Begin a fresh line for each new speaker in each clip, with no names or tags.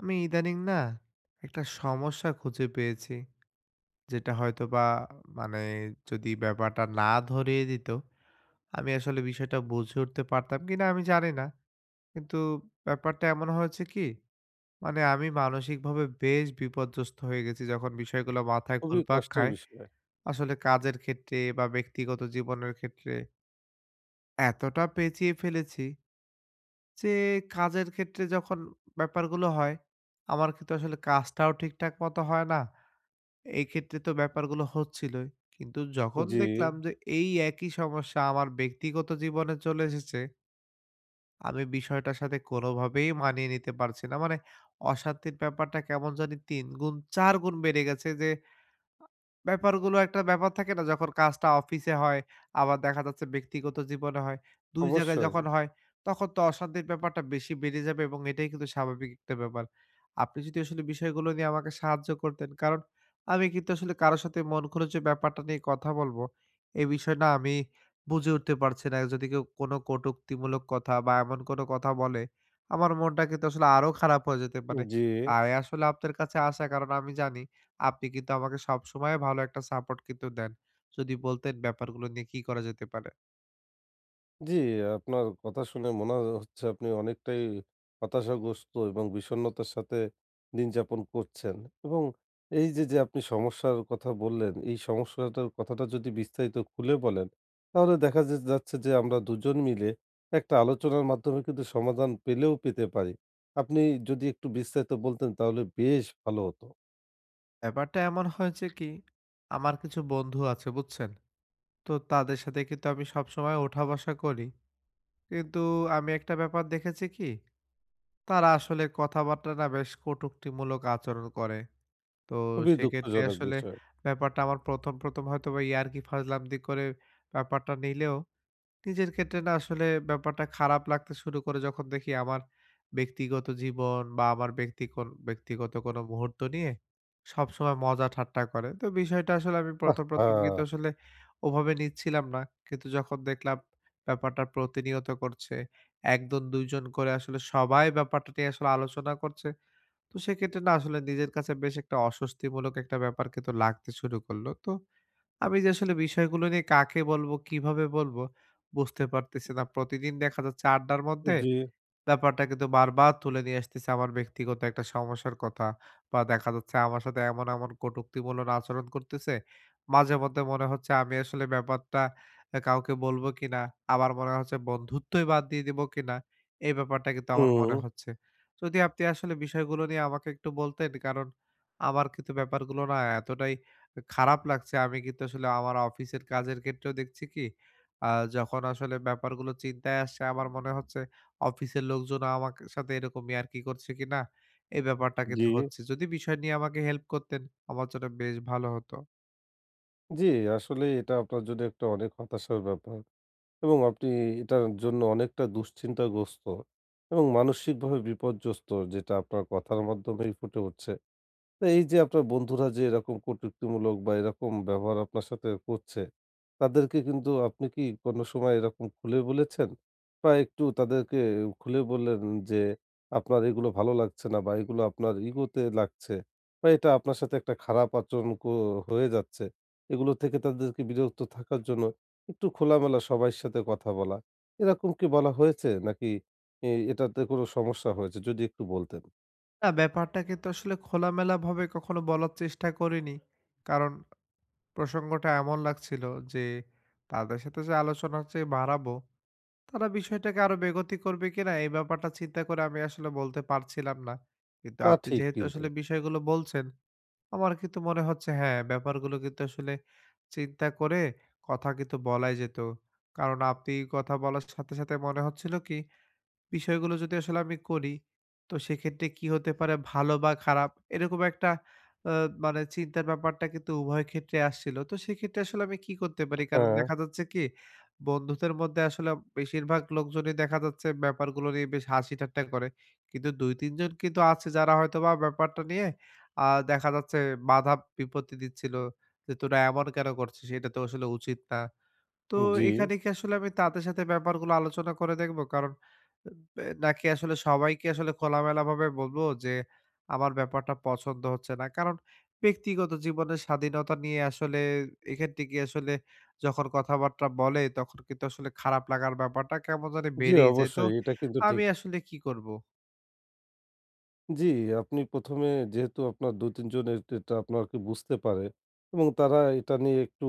আমি ইদানিং না একটা সমস্যা খুঁজে পেয়েছি যেটা হয়তো বা মানে যদি ব্যাপারটা না ধরিয়ে দিত আমি আসলে বিষয়টা বুঝে উঠতে পারতাম কিনা আমি জানি না। কিন্তু ব্যাপারটা এমন হয়েছে কি, মানে আমি মানসিকভাবে বেশ বিপর্যস্ত হয়ে গেছি যখন বিষয়গুলো মাথায়
খুবই
ঘুরপাক
কষ্টের
খায়।
বিষয়।
আসলে কাজের ক্ষেত্রে বা ব্যক্তিগত জীবনের ক্ষেত্রে এতটা পেঁচিয়ে ফেলেছি যে কাজের ক্ষেত্রে যখন ব্যাপারগুলো হয় আমার কিন্তু আসলে কাজটাও ঠিকঠাক মতো হয় না। এই ক্ষেত্রে তো ব্যাপারগুলো হচ্ছিলই। কিন্তু যখন
জি,
দেখলাম যে এই একই সমস্যা আমার ব্যক্তিগত জীবনে চলে এসেছে, আমি বিষয়টার সাথে কোনোভাবেই মানিয়ে নিতে পারছি না। মানে অশান্তির ব্যাপারটা কেমন জানি ৩ গুণ ৪ গুণ বেড়ে গেছে যে ব্যাপারগুলো একটা ব্যাপার থাকে না যখন কাজটা অফিসে হয়, আবার দেখা যাচ্ছে ব্যক্তিগত জীবনে হয়। ২ জায়গায়
অবশ্যই।
যখন হয় তখন তো অশান্তির ব্যাপারটা বেশি বেড়ে যাবে এবং এটাই কিন্তু স্বাভাবিক একটা ব্যাপার। আপনি যদি আসলে বিষয়গুলো নিয়ে আমাকে সাহায্য করতেন। কারণ আমি কিন্তু আসলে কারো সাথে মন খুলে যে ব্যাপারটা নিয়ে কথা বলবো, এই বিষয় না আমি বুঝে উঠতে পারছি না। যদি কেউ কোনো কটুক্তিমূলক কথা বা এমন কোনো কথা বলে, আমার মনটা কিন্তু আসলে আরো খারাপ হয়ে যেতে পারে।
জি,
তাই আসলে আপনার কাছে আসা, কারণ আমি জানি আপনি কিন্তু আমাকে সবসময় ভালো একটা সাপোর্ট কিন্তু দেন। যদি বলতেন ব্যাপারগুলো নিয়ে কি করা যেতে পারে?
জি, আপনার কথা শুনে মনে হচ্ছে আপনি অনেকটাই হতাশাগ্রস্ত এবং বিষণ্ণতার সাথে দিন যাপন করছেন এবং এই যে, যে আপনি সমস্যার কথা বললেন, এই সমস্যাটার কথাটা যদি বিস্তারিত খুলে বলেন, তাহলে দেখা যাচ্ছে যে আমরা দুজন মিলে একটা আলোচনার মাধ্যমে কিন্তু সমাধান পেলেও পেতে পারি। আপনি যদি একটু বিস্তারিত বলতেন তাহলে বেশ ভালো হতো।
ব্যাপারটা এমন হয়েছে কি, আমার কিছু বন্ধু আছে বুঝছেন? তো তাদের সাথে কিন্তু আমি সবসময় ওঠা বসা করি। কিন্তু আমি একটা ব্যাপার দেখেছি কি, তারা আসলে কথাবার্তা না বেশ কটূক্তিমূলক আচরণ করে। তো
খুবই
সেক্ষেত্রে
দুঃখজনক
আসলে
বিষয়।
ব্যাপারটা আমার ১ম হয়তোবা ইয়ার্কি ফাজলামি করে ব্যাপারটা নিলেও নিজের ক্ষেত্রে না আসলে ব্যাপারটা খারাপ লাগতে শুরু করে যখন দেখি আমার ব্যক্তিগত জীবন বা আমার ব্যক্তিগত কোনো মুহূর্ত নিয়ে সবসময় মজা ঠাট্টা করে। তো বিষয়টা আসলে আমি ১ম কিন্তু
আহহা!
আসলে ওভাবে নিচ্ছিলাম না। কিন্তু যখন দেখলাম ব্যাপারটা প্রতিনিয়ত করছে, ১ জন ২ জন করে আসলে সবাই ব্যাপারটা নিয়ে আসলে আলোচনা করছে। তো সেক্ষেত্রে না আসলে নিজের কাছে বেশ একটা অস্বস্তিমূলক একটা ব্যাপার কিন্তু লাগতে শুরু করলো। তো আমি যে আসলে বিষয়গুলো নিয়ে কাকে বলবো, কিভাবে বলবো বুঝতে পারতেছি না। প্রতিদিন দেখা যাচ্ছে আড্ডার মধ্যে
জি।
ব্যাপারটা কিন্তু বারবার তুলে নিয়ে আসতেছে আমার ব্যক্তিগত একটা সমস্যার কথা। বা দেখা যাচ্ছে আমার সাথে এমন কটুক্তিমূলক আচরণ করতেছে। মাঝে মধ্যে মনে হচ্ছে আমি আসলে ব্যাপারটা কাউকে বলব কিনা? আবার মনে হচ্ছে বন্ধুত্বই বাদ দিয়ে দিব কিনা? এই ব্যাপারটা কিন্তু আমার
হুম,
মনে হচ্ছে। যদি আপনি আসলে বিষয়গুলো নিয়ে আমাকে একটু বলতেন, কারণ আমার কিন্তু ব্যাপারগুলো না এতটাই খারাপ লাগছে। আমি কিন্তু আসলে আমার অফিসের কাজের ক্ষেত্রেও দেখছি কি, আ যখন আসলে ব্যাপারগুলো চিন্তায় আসছে আমার মনে হচ্ছে অফিসের লোকজন আমার সাথে এরকম ইয়ার্কি করছে কিনা, এই ব্যাপারটা
জি,
কিন্তু হচ্ছে। যদি বিষয় নিয়ে আমাকে হেল্প করতেন, আমার জন্য বেশ ভালো হতো।
জি, আসলেই এটা আপনার জন্য একটা অনেক হতাশার ব্যাপার এবং আপনি এটার জন্য অনেকটা দুশ্চিন্তাগ্রস্ত এবং মানসিকভাবে বিপর্যস্ত যেটা আপনার কথার মাধ্যমেই ফুটে উঠছে। তো এই যে আপনার বন্ধুরা যে এরকম কটূক্তিমূলক বা এরকম ব্যবহার আপনার সাথে করছে, তাদেরকে কিন্তু আপনি কি কোনো সময় এরকম খুলে বলেছেন? বা একটু তাদেরকে খুলে বললেন যে আপনার এগুলো ভালো লাগছে না বা এগুলো আপনার ইগোতে লাগছে বা এটা আপনার সাথে একটা খারাপ আচরণ হয়ে যাচ্ছে। এগুলো থেকে তাদেরকে বিরত থাকার জন্য একটু খোলামেলা সবার সাথে কথা বলা। এরকম কি বলা হয়েছে নাকি এটাতে কোনো সমস্যা হয়েছে? যদি একটু বলতেন।
না, ব্যাপারটা কিন্তু আসলে খোলামেলাভাবে কখনো বলার চেষ্টা করিনি। কারণ প্রসঙ্গটা এমন লাগছিল যে, তাদের সাথে যে আলোচনা যে বাড়াবো, তারা বিষয়টাকে আরো বেগতি করবে কিনা, এই ব্যাপারটা চিন্তা করে আমি আসলে বলতে পারছিলাম না। কিন্তু
তা
আপনি
ঠিক
যেহেতু
কিন্তু।
আসলে বিষয়গুলো বলছেন আমার কিন্তু মনে হচ্ছে হ্যাঁ, ব্যাপারগুলো কিন্তু আসলে চিন্তা করে কথা কিন্তু বলাই যেত। কারণ আপনি কথা বলার সাথে সাথে মনে হচ্ছিল কি বিষয়গুলো যদি আসলে আমি করি, তো সেক্ষেত্রে কি হতে পারে ভালো বা খারাপ এরকম একটা আ মানে চিন্তার ব্যাপারটা কিন্তু উভয় ক্ষেত্রে আসছিল। তো সেক্ষেত্রে আসলে আমি কি করতে পারি? কারণ
হ্যাঁ।
দেখা যাচ্ছে কি বন্ধুদের মধ্যে আসলে বেশিরভাগ লোকজনই দেখা যাচ্ছে ব্যাপারগুলো নিয়ে বেশ হাসি-ঠাট্টা করে। কিন্তু ২-৩ জন কিন্তু আছে যারা হয়তোবা ব্যাপারটা নিয়ে দেখা যাচ্ছে বাধা বিপত্তি দিচ্ছিল যে, "তোরা এমন কেন করছিস? এটা তো আসলে উচিত না।" তো
জি,
এখানে কি আসলে আমি তাদের সাথে ব্যাপারগুলো আলোচনা করে দেখবো? কারণ নাকি আসলে সবাইকে আসলে খোলামেলাভাবে বলবো যে, আমার ব্যাপারটা পছন্দ হচ্ছে না। কারণ ব্যক্তিগত জীবনের স্বাধীনতা নিয়ে আসলে এখান থেকে আসলে যখন কথাবার্তা বলে, তখন কিন্তু আসলে খারাপ লাগার ব্যাপারটা কেমন জানি
জি
বেড়েই যায়। তো
অবশ্যই। এটা কিন্তু ঠিক।
আমি আসলে কি করব?
জি, আপনি ১ম এ যেহেতু আপনার ২-৩ জন এটা আপনাকে বুঝতে পারে এবং তারা এটা নিয়ে একটু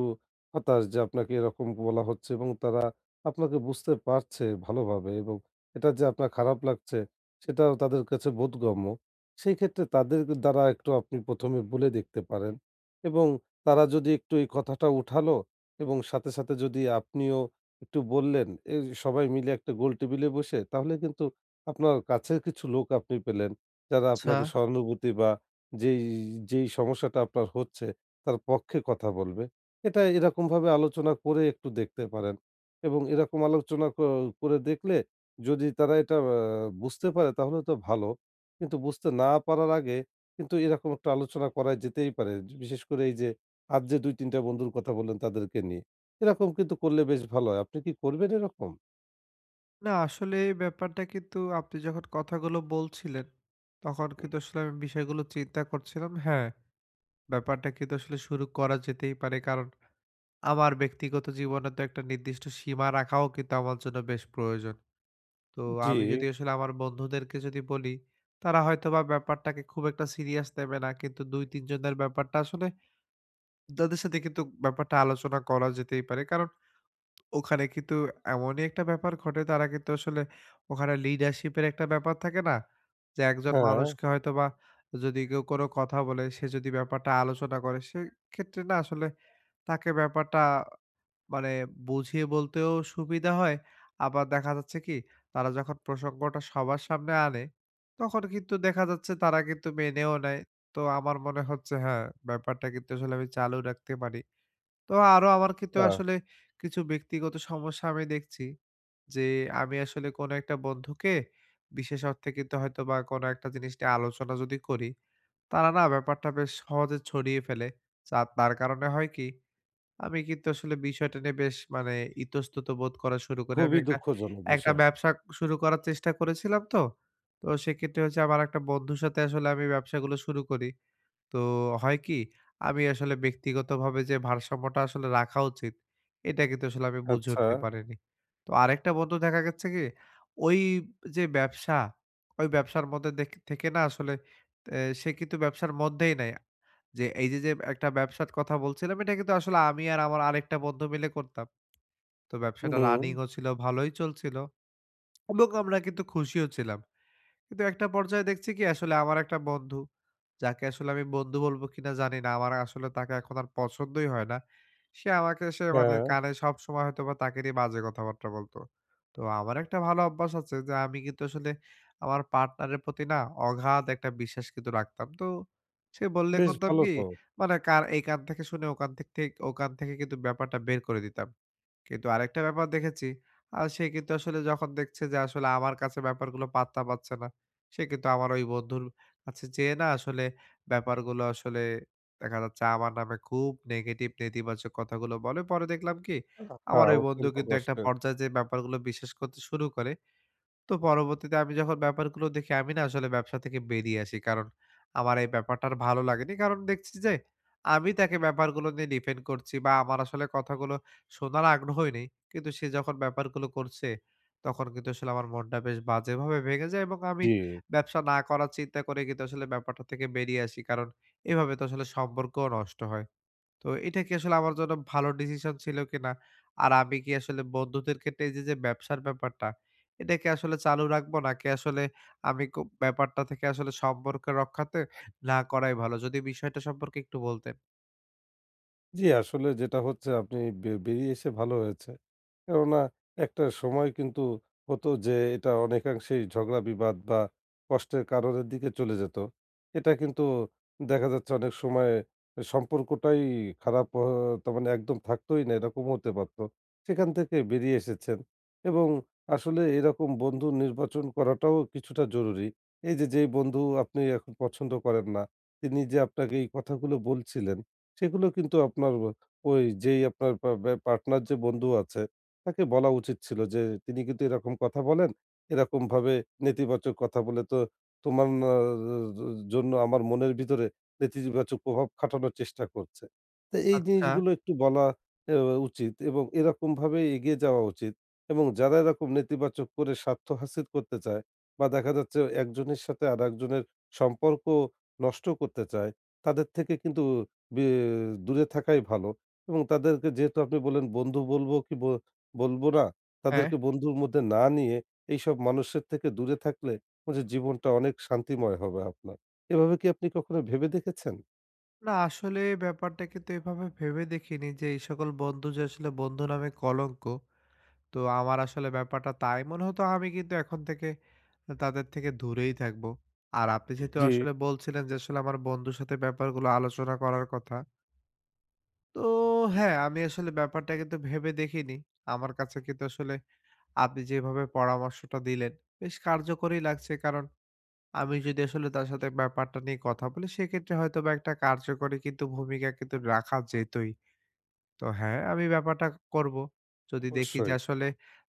হতাশ যে আপনাকে এরকম বলা হচ্ছে এবং তারা আপনাকে বুঝতে পারছে ভালোভাবে এবং এটা যে আপনার খারাপ লাগছে সেটাও তাদের কাছে বোধগম্য। সেই ক্ষেত্রে তাদের দ্বারা একটু আপনি ১ম এ বলে দেখতে পারেন এবং তারা যদি একটু এই কথাটা উঠালো এবং সাথে, সাথে যদি আপনিও একটু বললেন, এই সবাই মিলে একটা গোল টেবিলে বসে তাহলে কিন্তু আপনার কাছের কিছু লোক আপনি পেলেন। যারা
আচ্ছা,
আপনাকে সহানুভূতি বা যেই, যেই সমস্যাটা আপনার হচ্ছে তার পক্ষে কথা বলবে। এটা এরকমভাবে আলোচনা করে একটু দেখতে পারেন এবং এরকম আলোচনা করে দেখলে যদি তারা এটা বুঝতে পারে তাহলে তো ভালো। কিন্তু বুঝতে না পারার আগে কিন্তু এরকম একটা আলোচনা করা যেতেই পারে। বিশেষ করে এই যে আর যে ২-৩ টা বন্ধুর কথা বললেন তাদেরকে নিয়ে। এরকম কিন্তু করলে বেশ ভালো হয়। আপনি কি করবেন এরকম?
না, আসলে এই ব্যাপারটা কিন্তু আপনি যখন কথাগুলো বলছিলেন, তখন কিন্তু আসলে আমি বিষয়গুলো চিন্তা করছিলাম। হ্যাঁ, ব্যাপারটা কিন্তু আসলে শুরু করা যেতেই পারে। কারণ আমার ব্যক্তিগত জীবনে তো একটা নির্দিষ্ট সীমা রাখাও কিন্তু আমার জন্য বেশ প্রয়োজন। তো
জি।
আমি যদি আসলে আমার বন্ধুদেরকে যদি বলি, তারা হয়তোবা ব্যাপারটাকে খুব একটা সিরিয়াস নেবে না। কিন্তু ২-৩ জনের ব্যাপারটা আসলে তাদের সাথে কিন্তু ব্যাপারটা আলোচনা করা যেতেই পারে। কারণ ওখানে কিন্তু এমনই একটা ব্যাপার ঘটে তারা কিন্তু আসলে ওখানে লিডারশিপ এর একটা ব্যাপার থাকে না? যে একজন
হ্যাঁ,
মানুষকে হয়তোবা যদি কেউ কোনো কথা বলে সে যদি ব্যাপারটা আলোচনা করে সেক্ষেত্রে না আসলে তাকে ব্যাপারটা মানে বুঝিয়ে বলতেও সুবিধা হয়। আবার দেখা যাচ্ছে কি তারা যখন প্রসঙ্গটা সবার সামনে আনে, তখন কিন্তু দেখা যাচ্ছে তারা কিন্তু মেনেও নেয়। তো আমার মনে হচ্ছে হ্যাঁ, ব্যাপারটা কিন্তু আসলে আমি চালু রাখতে পারি। তো আরো আমার কিন্তু
আ
আসলে কিছু ব্যক্তিগত সমস্যা আমি দেখছি যে, আমি আসলে কোনো একটা বন্ধুকে বিশেষ অর্থে কিন্তু হয়তোবা কোনো একটা জিনিস নিয়ে আলোচনা যদি করি, তারা না ব্যাপারটা বেশ সহজে ছড়িয়ে ফেলে। যা তার কারণে হয় কি আমি কিন্তু আসলে বিষয়টা নিয়ে বেশ মানে ইতস্তত বোধ করা শুরু করি। আমি
খুবই
একটা,
দুঃখজনক
একটা
বিষয়।
ব্যবসা শুরু করার চেষ্টা করেছিলাম তো। তো সেক্ষেত্রে হচ্ছে আমার একটা বন্ধুর সাথে আসলে আমি ব্যবসাগুলো শুরু করি। তো হয় কি? আমি আসলে ব্যক্তিগতভাবে যে ভারসাম্যটা আসলে রাখা উচিত, এটা কিন্তু আসলে আমি বুঝে
আচ্ছা।
উঠতে পারিনি। তো আরেকটা বন্ধু দেখা গেছে কি? ওই যে ব্যবসা, ওই ব্যবসার মধ্যে দেখ থেকে না আসলে এ সে কিন্তু ব্যবসার মধ্যেই নাই। যে এই যে একটা ব্যবসার কথা বলছিলাম, এটা কিন্তু আসলে আমি আর আমার আরেকটা বন্ধু মিলে করতাম। তো ব্যবসাটা
হুম,
রানিং ও ছিল, ভালোই চলছিল এবং আমরা কিন্তু খুশিও ছিলাম। কিন্তু একটা পর্যায়ে দেখছি কি আসলে আমার একটা বন্ধু, যাকে আসলে আমি বন্ধু বলবো কিনা জানি না। আমার আসলে তাকে এখন আর পছন্দই হয় না। সে আমাকে এসে মানে
হ্যাঁ,
কানে সবসময় হয়তোবা তাকে নিয়ে বাজে কথাবার্তা বলত। তো আমার একটা ভালো অভ্যাস আছে যে আমি কিন্তু আসলে আমার পার্টনারের প্রতি না অগাধ একটা বিশ্বাস কিন্তু রাখতাম। তো সে বললে
বেশ
করতাম
ভালো
কি
তো।
মানে কার এই কান থেকে শুনে ওখান থেকে কিন্তু ব্যাপারটা বের করে দিতাম। কিন্তু আরেকটা ব্যাপার দেখেছি, সে কিন্তু আসলে যখন দেখছে যে আসলে আমার কাছে ব্যাপারগুলো পাত্তা পাচ্ছে না, সে কিন্তু আমার ওই বন্ধুর কাছে যেয়ে না আসলে ব্যাপারগুলো আসলে দেখা যাচ্ছে আমার নামে খুব নেগেটিভ, নেতিবাচক কথাগুলো বলে। পরে দেখলাম কি
আ
আমার
হ্যাঁ,
ওই বন্ধু
অত্যন্ত
কিন্তু একটা
কষ্টের।
পর্যায়ে যেয়ে ব্যাপারগুলো বিশ্বাস করতে শুরু করে। তো পরবর্তীতে আমি যখন ব্যাপারগুলো দেখি আমি না আসলে ব্যবসা থেকে বেরিয়ে আসি। কারণ আমার এই ব্যাপারটা আর ভালো লাগেনি। কারণ দেখছি যে আমি তাকে ব্যাপারগুলো নিয়ে ডিফেন্ড করছি বা আমার আসলে কথাগুলো শোনার আগ্রহই নেই। কিন্তু সে যখন ব্যাপারগুলো করছে তখন কিন্তু আসলে আমার মনটা বেশ বাজেভাবে ভেঙে যায় এবং আমি
জি।
ব্যবসা না করার চিন্তা করে কিন্তু আসলে ব্যাপারটা থেকে বেরিয়ে আসি। কারণ এভাবে তো আসলে সম্পর্কও নষ্ট হয়। তো এটা কি আসলে আমার জন্য ভালো ডিসিশন ছিল কিনা? আর আমি কি আসলে বন্ধুদের ক্ষেত্রে এই যে ব্যবসার ব্যাপারটা, এটা কি আসলে চালু রাখবো? নাকি আসলে আমি ব্যাপারটা থেকে আসলে সম্পর্ক রক্ষাতে না করাই ভালো? যদি বিষয়টা সম্পর্কে একটু বলতেন।
জি, আসলে যেটা হচ্ছে আপনি বেরিয়ে এসে ভালো হয়েছে। কেননা একটা সময় কিন্তু হতো যে এটা অনেকাংশেই ঝগড়া বিবাদ বা কষ্টের কারণের দিকে চলে যেত। এটা কিন্তু দেখা যাচ্ছে অনেক সময় সম্পর্কটাই খারাপ তার মানে একদম থাকতোই না এরকম হতে পারত। সেখান থেকে বেরিয়ে এসেছেন এবং আসলে এরকম বন্ধু নির্বাচন করাটাও কিছুটা জরুরি। এই যে যেই বন্ধু আপনি এখন পছন্দ করেন না, তিনি যে আপনাকে এই কথাগুলো বলছিলেন সেগুলো কিন্তু আপনার ওই যেই আপনার পা ব্যা পার্টনার যে বন্ধু আছে, তাকে বলা উচিত ছিল যে, "তিনি কিন্তু এরকম কথা বলেন, এরকমভাবে নেতিবাচক কথা বলে তো তোমার না জন্য আমার মনের ভিতরে নেতিবাচক প্রভাব খাটানোর চেষ্টা করছে।" তো এই
আচ্ছা,
জিনিসগুলো একটু বলা অ্যা উচিত এবং এরকমভাবে এগিয়ে যাওয়া উচিত এবং যারা এরকম নেতিবাচক করে স্বার্থ হাসিল করতে চায় বা দেখা যাচ্ছে একজনের সাথে আরেকজনের সম্পর্ক নষ্ট করতে চায়, তাদের থেকে কিন্তু বে দূরে থাকাই ভালো এবং তাদেরকে যেহেতু আপনি বললেন, বন্ধু বলবো কি বলবো না?
হ্যাঁ।
তাদেরকে বন্ধুর মধ্যে না নিয়ে এইসব মানুষের থেকে দূরে থাকলে ওদের জীবনটা অনেক শান্তিময় হবে আপনার। এভাবে কি আপনি কখনো ভেবে দেখেছেন?
না, আসলে ব্যাপারটা কিন্তু এভাবে ভেবে দেখিনি যে, এই সকল বন্ধু যে আসলে বন্ধু নামে কলঙ্ক। তো আমার আসলে ব্যাপারটা তাই মনে হতো আমি কিন্তু এখন থেকে তাদের থেকে দূরেই থাকবো। আর আপনি যেহেতু
জি,
আসলে বলছিলেন যে আসলে আমার বন্ধুর সাথে ব্যাপারগুলো আলোচনা করার কথা। তো হ্যাঁ, আমি আসলে ব্যাপারটা কিন্তু ভেবে দেখিনি। আমার কাছে কিন্তু আসলে আপনি যেভাবে পরামর্শটা দিলেন বেশ কার্যকরী লাগছে। কারণ আমি যদি আসলে তার সাথে ব্যাপারটা নিয়ে কথা বলি সেক্ষেত্রে হয়তোবা একটা কার্যকরী কিন্তু ভূমিকা কিন্তু রাখা যেতই। তো হ্যাঁ, আমি ব্যাপারটা করব। যদি দেখি যে
অবশ্যই।
আসলে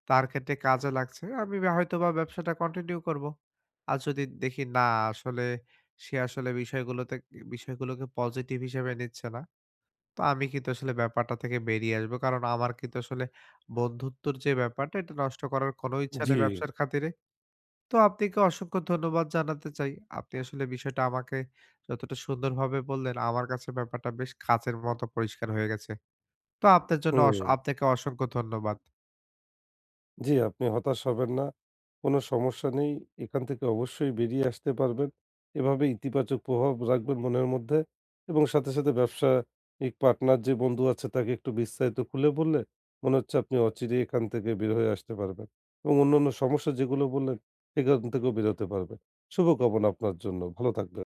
তার ক্ষেত্রে কাজে লাগছে, আমি বা হয়তোবা ব্যবসাটা কন্টিনিউ করব। আর যদি দেখি না আসলে সে আসলে বিষয়গুলোতে বিষয়গুলোকে পজিটিভ হিসেবে নিচ্ছে না, তো আমি কিন্তু আসলে ব্যাপারটা থেকে বেরিয়ে আসবো। কারণ আমার কিন্তু আসলে বন্ধুত্বর যে ব্যাপারটা এটা নষ্ট করার কোনো ইচ্ছা
জি,
নেই ব্যবসার খাতিরে। তো আপনাকে অসংখ্য ধন্যবাদ জানাতে চাই। আপনি আসলে বিষয়টা আমাকে যতটা সুন্দরভাবে বললেন, আমার কাছে ব্যাপারটা বেশ কাচের মতো পরিষ্কার হয়ে গেছে। তো আপনার জন্য
হুম।
আপনাকে অসংখ্য ধন্যবাদ।
জি, আপনি হতাশ হবেন না। কোনো সমস্যা নেই। এখান থেকে অবশ্যই বেরিয়ে আসতে পারবেন। এভাবে ইতিবাচক প্রভাব রাখবেন মনের মধ্যে এবং সাথে, সাথে ব্যবসায়িক পার্টনার যে বন্ধু আছে তাকে একটু বিস্তারিত খুলে বললে মনে হচ্ছে আপনি অচিরেই এখান থেকে বের হয়ে আসতে পারবেন এবং অন্যান্য সমস্যা যেগুলো বললেন সেখান থেকেও বেরোতে পারবেন। শুভকামনা আপনার জন্য। ভালো থাকবেন।